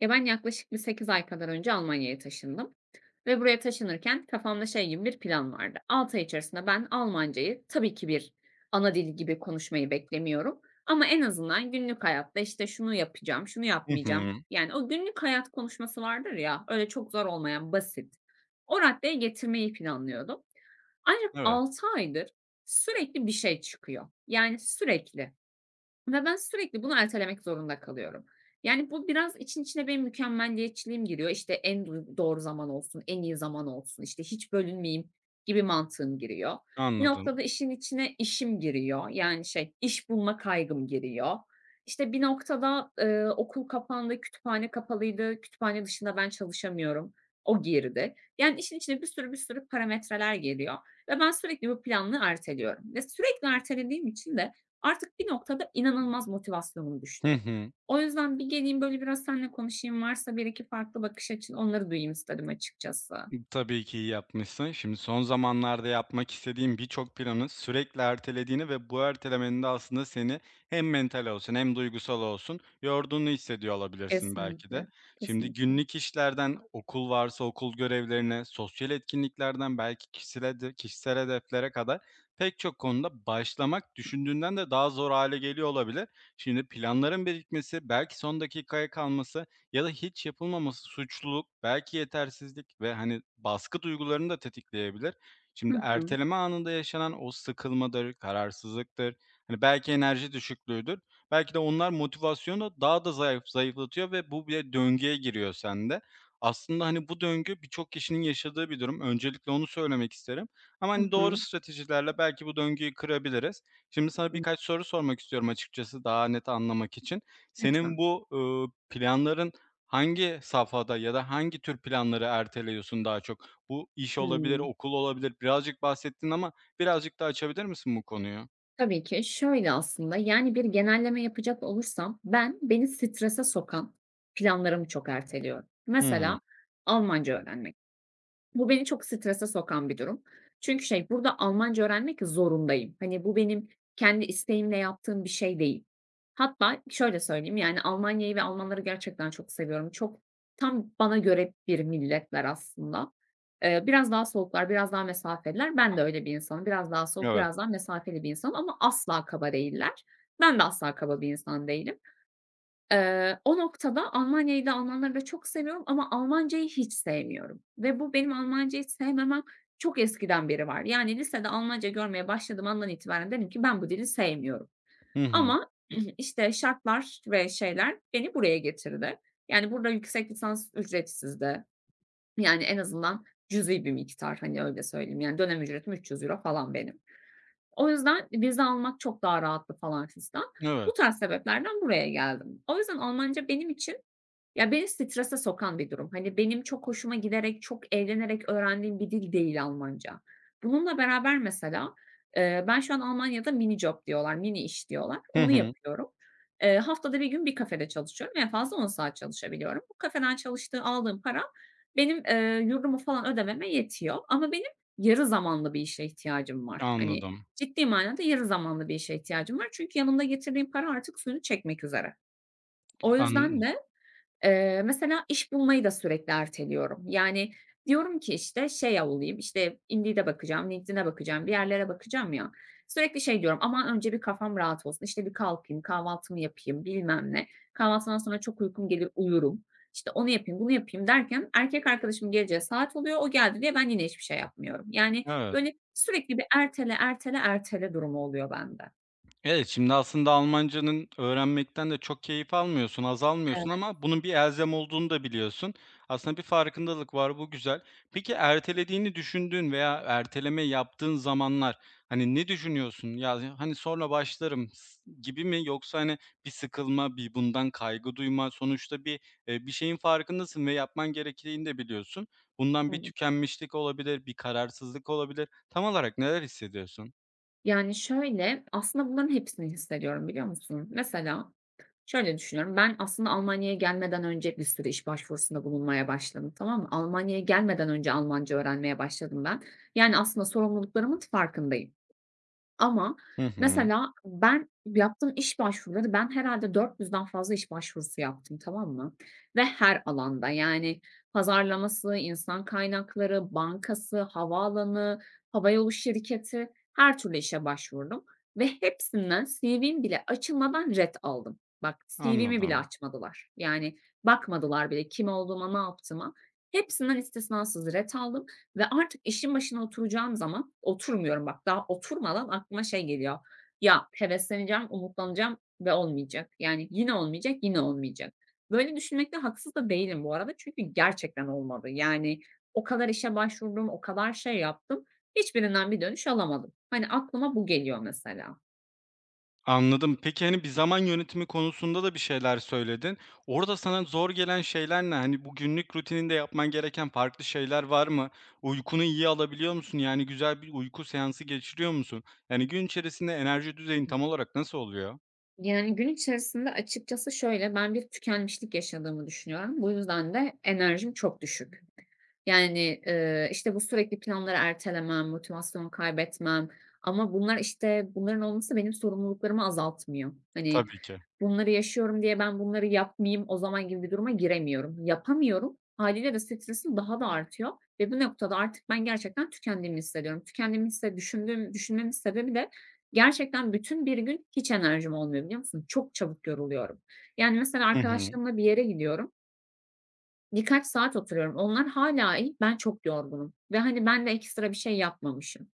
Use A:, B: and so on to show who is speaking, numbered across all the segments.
A: Ya, ben yaklaşık bir 8 ay kadar önce Almanya'ya taşındım ve buraya taşınırken kafamda şey gibi bir plan vardı. 6 ay içerisinde ben Almancayı tabii ki bir ana dil gibi konuşmayı beklemiyorum ama en azından günlük hayatta, işte, şunu yapacağım, şunu
B: Hı
A: yapmayacağım.
B: hı.
A: Yani o günlük hayat konuşması vardır ya, öyle çok zor olmayan, basit. O raddeye getirmeyi planlıyordum. Ancak
B: Evet,
A: 6 aydır sürekli bir şey çıkıyor. Yani sürekli. Ve ben sürekli bunu ertelemek zorunda kalıyorum. Yani, bu biraz için içine benim mükemmeliyetçiliğim giriyor. İşte, en doğru zaman olsun, en iyi zaman olsun, işte, hiç bölünmeyeyim gibi mantığım giriyor. Bir
B: anladım.
A: noktada işin içine işim giriyor. Yani, şey, iş bulma kaygım giriyor. İşte, bir noktada, okul kapandı, kütüphane kapalıydı, kütüphane dışında ben çalışamıyorum. O girdi. Yani, işin içine bir sürü bir sürü parametreler geliyor ve ben sürekli bu planını erteliyorum ve sürekli ertelediğim için de artık bir noktada inanılmaz motivasyonum
B: Hı
A: düştü.
B: hı.
A: O yüzden bir geleyim, böyle, biraz seninle konuşayım, varsa bir iki farklı bakış açın onları duyayım istedim açıkçası.
B: Tabii ki iyi yapmışsın. Şimdi son zamanlarda yapmak istediğin birçok planı sürekli ertelediğini ve bu ertelemenin de aslında seni hem mental olsun hem duygusal olsun yorduğunu hissediyor olabilirsin belki de.
A: Kesinlikle,
B: Şimdi
A: kesinlikle.
B: günlük işlerden, okul varsa okul görevlerine, sosyal etkinliklerden belki kişisel, kişisel hedeflere kadar pek çok konuda başlamak düşündüğünden de daha zor hale geliyor olabilir. Şimdi planların birikmesi, belki son dakikaya kalması ya da hiç yapılmaması suçluluk, belki yetersizlik ve, hani, baskı duygularını da tetikleyebilir. Şimdi
A: Hı hı.
B: erteleme anında yaşanan o sıkılmadır, kararsızlıktır, hani, belki enerji düşüklüğüdür. Belki de onlar motivasyonu da daha da zayıf zayıflatıyor ve bu bir döngüye giriyor sende. Aslında, hani, bu döngü birçok kişinin yaşadığı bir durum. Öncelikle onu söylemek isterim ama,
A: Hı
B: hani, doğru
A: hı.
B: stratejilerle belki bu döngüyü kırabiliriz. Şimdi sana
A: Imm,
B: birkaç soru sormak istiyorum açıkçası daha net anlamak için. Senin
A: Lütfen.
B: bu planların hangi safhada ya da hangi tür planları erteliyorsun daha çok? Bu iş olabilir,
A: Hımm.
B: okul olabilir. Birazcık bahsettin ama birazcık daha açabilir misin bu konuyu?
A: Tabii ki. Şöyle aslında, yani, bir genelleme yapacak olursam ben beni strese sokan planlarımı çok erteliyorum.
B: Hı hı.
A: Mesela Almanca öğrenmek. Bu beni çok strese sokan bir durum. Çünkü şey, burada Almanca öğrenmek zorundayım. Hani, bu benim kendi isteğimle yaptığım bir şey değil. Hatta şöyle söyleyeyim, yani, Almanya'yı ve Almanları gerçekten çok seviyorum. Çok tam bana göre bir milletler aslında. Biraz daha soğuklar, biraz daha mesafeliler. Ben de öyle bir insanım. Biraz daha soğuk,
B: Evet.
A: biraz daha mesafeli bir insanım ama asla kaba değiller. Ben de asla kaba bir insan değilim. O noktada Almanya'yı da Almanları da çok seviyorum ama Almancayı hiç sevmiyorum ve bu benim Almancayı sevmemem çok eskiden beri var. Yani lisede Almanca görmeye başladığım andan itibaren dedim ki ben bu dili sevmiyorum
B: Hı hı.
A: ama işte şartlar ve şeyler beni buraya getirdi. Yani burada yüksek lisans ücretsizdi. Yani en azından cüzi bir miktar, hani, öyle söyleyeyim. Yani dönem ücretim 300 euro falan benim. O yüzden vize almak çok daha rahattı falan fistan. Bu
B: Evet.
A: tarz sebeplerden buraya geldim. O yüzden Almanca benim için ya, beni strese sokan bir durum. Hani, benim çok hoşuma giderek, çok eğlenerek öğrendiğim bir dil değil Almanca. Bununla beraber mesela, ben şu an Almanya'da mini job diyorlar, mini iş diyorlar.
B: Hı
A: Onu
B: hı.
A: yapıyorum. Haftada bir gün bir kafede çalışıyorum. En fazla 10 saat çalışabiliyorum. Bu kafeden çalıştığı aldığım para benim, yurdumu falan ödememe yetiyor ama benim yarı zamanlı bir işe ihtiyacım var. Hani,
B: Anladım.
A: ciddi manada yarı zamanlı bir işe ihtiyacım var çünkü yanımda getirdiğim para artık suyunu çekmek üzere. O yüzden
B: Anladım.
A: de mesela iş bulmayı da sürekli erteliyorum. Yani, diyorum ki, işte, şey olayım, işte, Indeed'e bakacağım, LinkedIn'e bakacağım, bir yerlere bakacağım ya. Sürekli şey diyorum, "Ama önce bir kafam rahat olsun, işte, bir kalkayım, kahvaltımı yapayım" bilmem ne. Kahvaltıdan sonra çok uykum gelir, uyurum. İşte, onu yapayım, bunu yapayım derken erkek arkadaşım geleceği saat oluyor, o geldi diye ben yine hiçbir şey yapmıyorum. Yani,
B: Evet.
A: böyle, sürekli bir ertele, ertele, ertele durumu oluyor bende.
B: Evet, şimdi aslında Almancanın öğrenmekten de çok keyif almıyorsun, haz almıyorsun
A: Evet,
B: ama bunun bir elzem olduğunu da biliyorsun. Aslında bir farkındalık var, bu güzel. Peki ertelediğini düşündüğün veya erteleme yaptığın zamanlar, hani, ne düşünüyorsun? Ya, hani, "Sonra başlarım." Gibi mi yoksa, hani, bir sıkılma, bir bundan kaygı duyma, sonuçta bir, bir şeyin farkındasın ve yapman gerektiğini de biliyorsun. Bundan bir
A: evet.
B: tükenmişlik olabilir, bir kararsızlık olabilir. Tam olarak neler hissediyorsun?
A: Yani, şöyle, aslında bunların hepsini hissediyorum, biliyor musun? Mesela şöyle düşünüyorum, ben aslında Almanya'ya gelmeden önce bir sürü iş başvurusunda bulunmaya başladım, tamam mı? Almanya'ya gelmeden önce Almanca öğrenmeye başladım ben. Yani aslında sorumluluklarımın farkındayım. Ama
B: Hı hı,
A: mesela ben yaptığım iş başvuruları ben herhalde 400'den fazla iş başvurusu yaptım, tamam mı? Ve her alanda, yani pazarlaması, insan kaynakları, bankası, havaalanı, havayolu şirketi, her türlü işe başvurdum ve hepsinden CV'm bile açılmadan ret aldım. Bak, CV'mi bile
B: anladım.
A: açmadılar. Yani bakmadılar bile kim olduğuma, ne yaptığıma. Hepsinden istisnasız ret aldım ve artık işin başına oturacağım zaman oturmuyorum, bak, daha oturmadan aklıma şey geliyor. Ya hevesleneceğim, umutlanacağım ve olmayacak. Yani yine olmayacak, yine olmayacak. Böyle düşünmekte haksız da değilim bu arada çünkü gerçekten olmadı. Yani o kadar işe başvurdum, o kadar şey yaptım. Hiçbirinden bir dönüş alamadım. Hani, aklıma bu geliyor mesela.
B: Anladım. Peki, hani, bir zaman yönetimi konusunda da bir şeyler söyledin. Orada sana zor gelen şeyler ne? Hani, bu günlük rutininde yapman gereken farklı şeyler var mı? Uykunu iyi alabiliyor musun? Yani güzel bir uyku seansı geçiriyor musun? Yani gün içerisinde enerji düzeyin tam olarak nasıl oluyor?
A: Yani, gün içerisinde açıkçası şöyle, ben bir tükenmişlik yaşadığımı düşünüyorum. Bu yüzden de enerjim çok düşük. Yani, işte, bu sürekli planları ertelemem, motivasyon kaybetmem ama bunlar, işte, bunların olması benim sorumluluklarımı azaltmıyor. Hani,
B: Tabii ki.
A: bunları yaşıyorum diye ben bunları yapmayayım o zaman gibi bir duruma giremiyorum. Yapamıyorum. Hâliyle de stresim daha da artıyor ve bu noktada artık ben gerçekten tükendiğimi hissediyorum. Tükendiğimi hisse düşündüğüm düşünmemin sebebi de gerçekten bütün bir gün hiç enerjim olmuyor, biliyor musun? Çok çabuk yoruluyorum. Yani, mesela
B: Hı hı.
A: arkadaşlarımla bir yere gidiyorum. Birkaç saat oturuyorum. Onlar hâlâ iyi. Ben çok yorgunum ve, hani, ben de ekstra bir şey yapmamışım.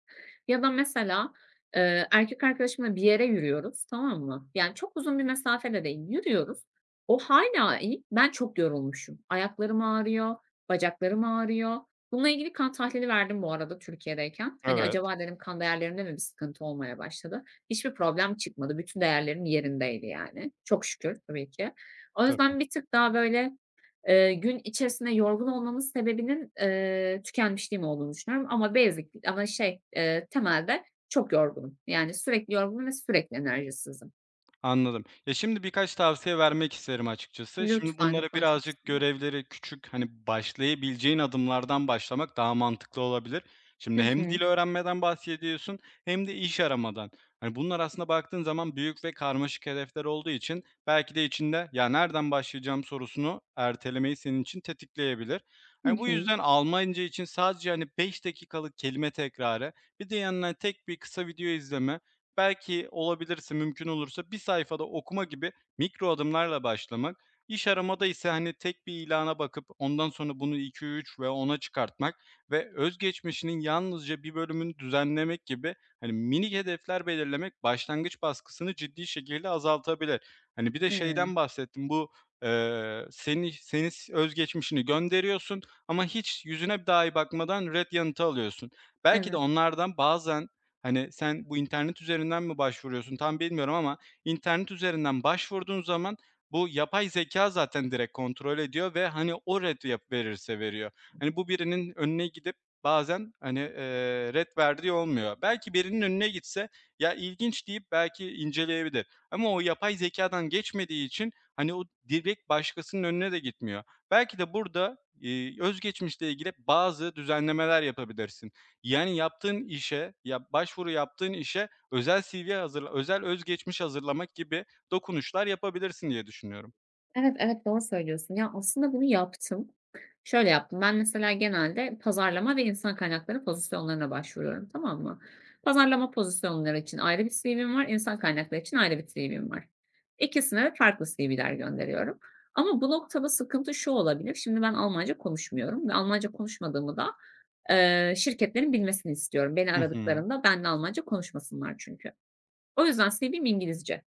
A: Ya da mesela, erkek arkadaşımla bir yere yürüyoruz, tamam mı? Yani, çok uzun bir mesafe de değil, yürüyoruz. O hâlâ iyi. Ben çok yorulmuşum. Ayaklarım ağrıyor, bacaklarım ağrıyor. Bununla ilgili kan tahlili verdim bu arada Türkiye'deyken. Hani,
B: Evet,
A: acaba dedim kan değerlerimde mi bir sıkıntı olmaya başladı? Hiçbir problem çıkmadı. Bütün değerlerim yerindeydi yani. Çok şükür tabii ki. O
B: tabii.
A: yüzden bir tık daha böyle, gün içerisinde yorgun olmamın sebebinin, tükenmişliğim olduğunu düşünüyorum ama temelde çok yorgunum. Yani sürekli yorgunum ve sürekli enerjisizim.
B: Anladım. Ya, şimdi birkaç tavsiye vermek isterim açıkçası. Şimdi
A: Lütfen,
B: bunlara
A: lütfen çok
B: birazcık
A: isterim.
B: görevleri küçük, hani, başlayabileceğin adımlardan başlamak daha mantıklı olabilir. Şimdi
A: Hı
B: hem
A: hı.
B: dil öğrenmeden bahsediyorsun hem de iş aramadan. Hani, bunlar aslında baktığın zaman büyük ve karmaşık hedefler olduğu için belki de içinde, "Ya, nereden başlayacağım?" sorusunu ertelemeyi senin için tetikleyebilir.
A: Hı
B: Hani, bu
A: hı.
B: yüzden Almanca için sadece, hani, 5 dakikalık kelime tekrarı, bir de yanına tek bir kısa video izleme belki olabilirse, mümkün olursa bir sayfada okuma gibi mikro adımlarla başlamak, iş aramada ise, hani, tek bir ilana bakıp ondan sonra bunu iki üç ve ona çıkartmak ve özgeçmişinin yalnızca bir bölümünü düzenlemek gibi, hani, minik hedefler belirlemek başlangıç baskısını ciddi şekilde azaltabilir. Hani, bir de
A: Evet,
B: şeyden bahsettim, bu, senin özgeçmişini gönderiyorsun ama hiç yüzüne dahi bakmadan red yanıtı alıyorsun. Belki de
A: evet.
B: onlardan bazen hani, sen bu internet üzerinden mi başvuruyorsun tam bilmiyorum ama internet üzerinden başvurduğun zaman bu yapay zekâ zaten direkt kontrol ediyor ve, hani, o ret verirse veriyor. Hani, bu birinin önüne gidip bazen, hani, ret verdiği olmuyor. Belki birinin önüne gitse, "Ya, ilginç." deyip belki inceleyebilir ama o yapay zekâdan geçmediği için, hani, o direkt başkasının önüne de gitmiyor. Belki de burada, özgeçmişle ilgili bazı düzenlemeler yapabilirsin. Yani yaptığın işe, ya, başvuru yaptığın işe özel CV hazırla özel özgeçmiş hazırlamak gibi dokunuşlar yapabilirsin diye düşünüyorum.
A: Evet, evet, doğru söylüyorsun. Ya, aslında bunu yaptım. Şöyle yaptım, ben mesela genelde pazarlama ve insan kaynakları pozisyonlarına başvuruyorum, tamam mı? Pazarlama pozisyonları için ayrı bir CV'm var, insan kaynakları için ayrı bir CV'm var. İkisine de farklı CV'ler gönderiyorum. Ama bu noktada sıkıntı şu olabilir, şimdi ben Almanca konuşmuyorum ve Almanca konuşmadığımı da, şirketlerin bilmesini istiyorum. Beni
B: Hı hı.
A: aradıklarında benimle Almanca konuşmasınlar çünkü. O yüzden CV'm İngilizce.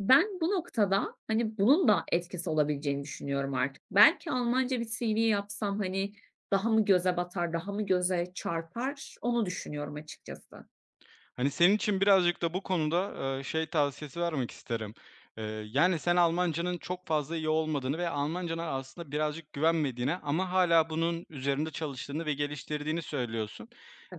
A: Ben bu noktada, hani, bunun da etkisi olabileceğini düşünüyorum artık. Belki Almanca bir CV yapsam, hani, daha mı göze batar, daha mı göze çarpar onu düşünüyorum açıkçası.
B: Hani, senin için birazcık da bu konuda, şey tavsiyesi vermek isterim. Eee, yani, sen Almancanın çok fazla iyi olmadığını ve Almancana aslında birazcık güvenmediğine ama hala bunun üzerinde çalıştığını ve geliştirdiğini söylüyorsun.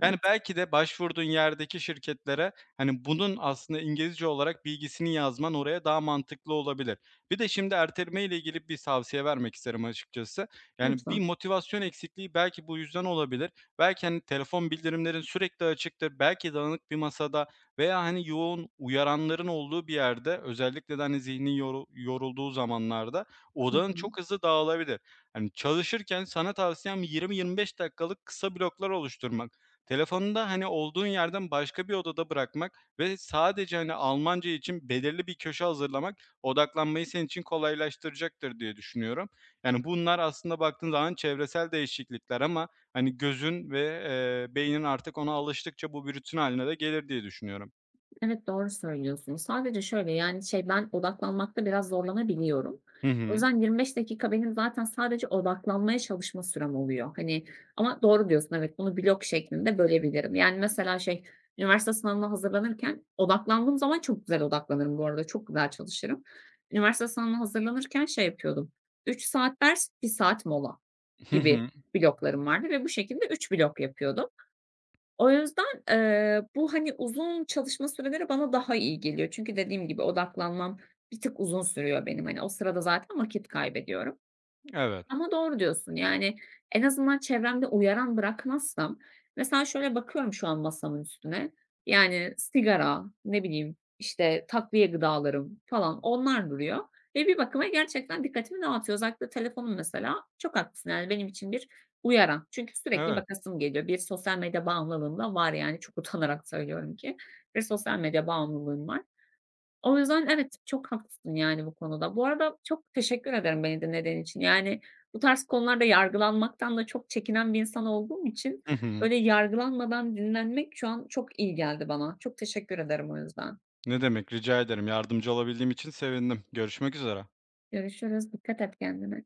B: Yani, belki de başvurduğun yerdeki şirketlere, hani, bunun aslında İngilizce olarak bilgisini yazman oraya daha mantıklı olabilir. Bir de şimdi ertelemeyle ilgili bir tavsiye vermek isterim açıkçası. Yani, bir
A: lütfen.
B: motivasyon eksikliği belki bu yüzden olabilir. Belki, hani, telefon bildirimlerin sürekli açıktır, belki dağınık bir masada veya, hani, yoğun uyaranların olduğu bir yerde özellikle de, hani, zihnin yorulduğu zamanlarda
A: Hı
B: odanın
A: hı.
B: çok hızlı dağılabilir. Hani, çalışırken sana tavsiyem 20-25 dakikalık kısa bloklar oluşturmak. Telefonunu da, hani, olduğun yerden başka bir odada bırakmak ve sadece, hani, Almanca için belirli bir köşe hazırlamak odaklanmayı senin için kolaylaştıracaktır diye düşünüyorum. Yani, bunlar aslında baktığın zaman çevresel değişiklikler ama hani gözün ve, beynin artık ona alıştıkça bu bir rutin hâline de gelir diye düşünüyorum.
A: Evet, doğru söylüyorsun. Sadece şöyle, yani, şey, ben odaklanmakta biraz zorlanabiliyorum.
B: Hı
A: O
B: hı.
A: yüzden 25 dakika benim zaten sadece odaklanmaya çalışma sürem oluyor. Hani, ama doğru diyorsun, evet, bunu blok şeklinde bölebilirim. Yani, mesela, şey, üniversite sınavına hazırlanırken odaklandığım zaman çok güzel odaklanırım bu arada, çok güzel çalışırım. Üniversite sınavına hazırlanırken şey yapıyordum, 3 saat ders, 1 saat mola
B: Hı
A: gibi
B: hı.
A: bloklarım vardı ve bu şekilde 3 blok yapıyordum. O yüzden, bu, hani, uzun çalışma süreleri bana daha iyi geliyor. Çünkü dediğim gibi odaklanmam bir tık uzun sürüyor benim. Hani, o sırada zaten vakit kaybediyorum.
B: Evet,
A: Ama doğru diyorsun. Yani, en azından çevremde uyaran bırakmazsam. Mesela şöyle bakıyorum şu an masamın üstüne. Yani sigara, ne bileyim, işte, takviye gıdalarım falan onlar duruyor ve bir bakıma gerçekten dikkatimi dağıtıyor. Özellikle telefonum mesela çok haklısın, yani benim için bir uyaran. Çünkü sürekli
B: evet.
A: bakasım geliyor. Bir sosyal medya bağımlılığım da var yani çok utanarak söylüyorum ki bir sosyal medya bağımlılığım var. O yüzden evet, çok haklısın yani bu konuda. Bu arada çok teşekkür ederim beni dinlediğin için. Yani bu tarz konularda yargılanmaktan da çok çekinen bir insan olduğum için
B: Hı hı.
A: böyle yargılanmadan dinlenmek şu an çok iyi geldi bana. Çok teşekkür ederim o yüzden.
B: Ne demek, rica ederim. Yardımcı olabildiğim için sevindim. Görüşmek üzere.
A: Görüşürüz. Dikkat et kendine.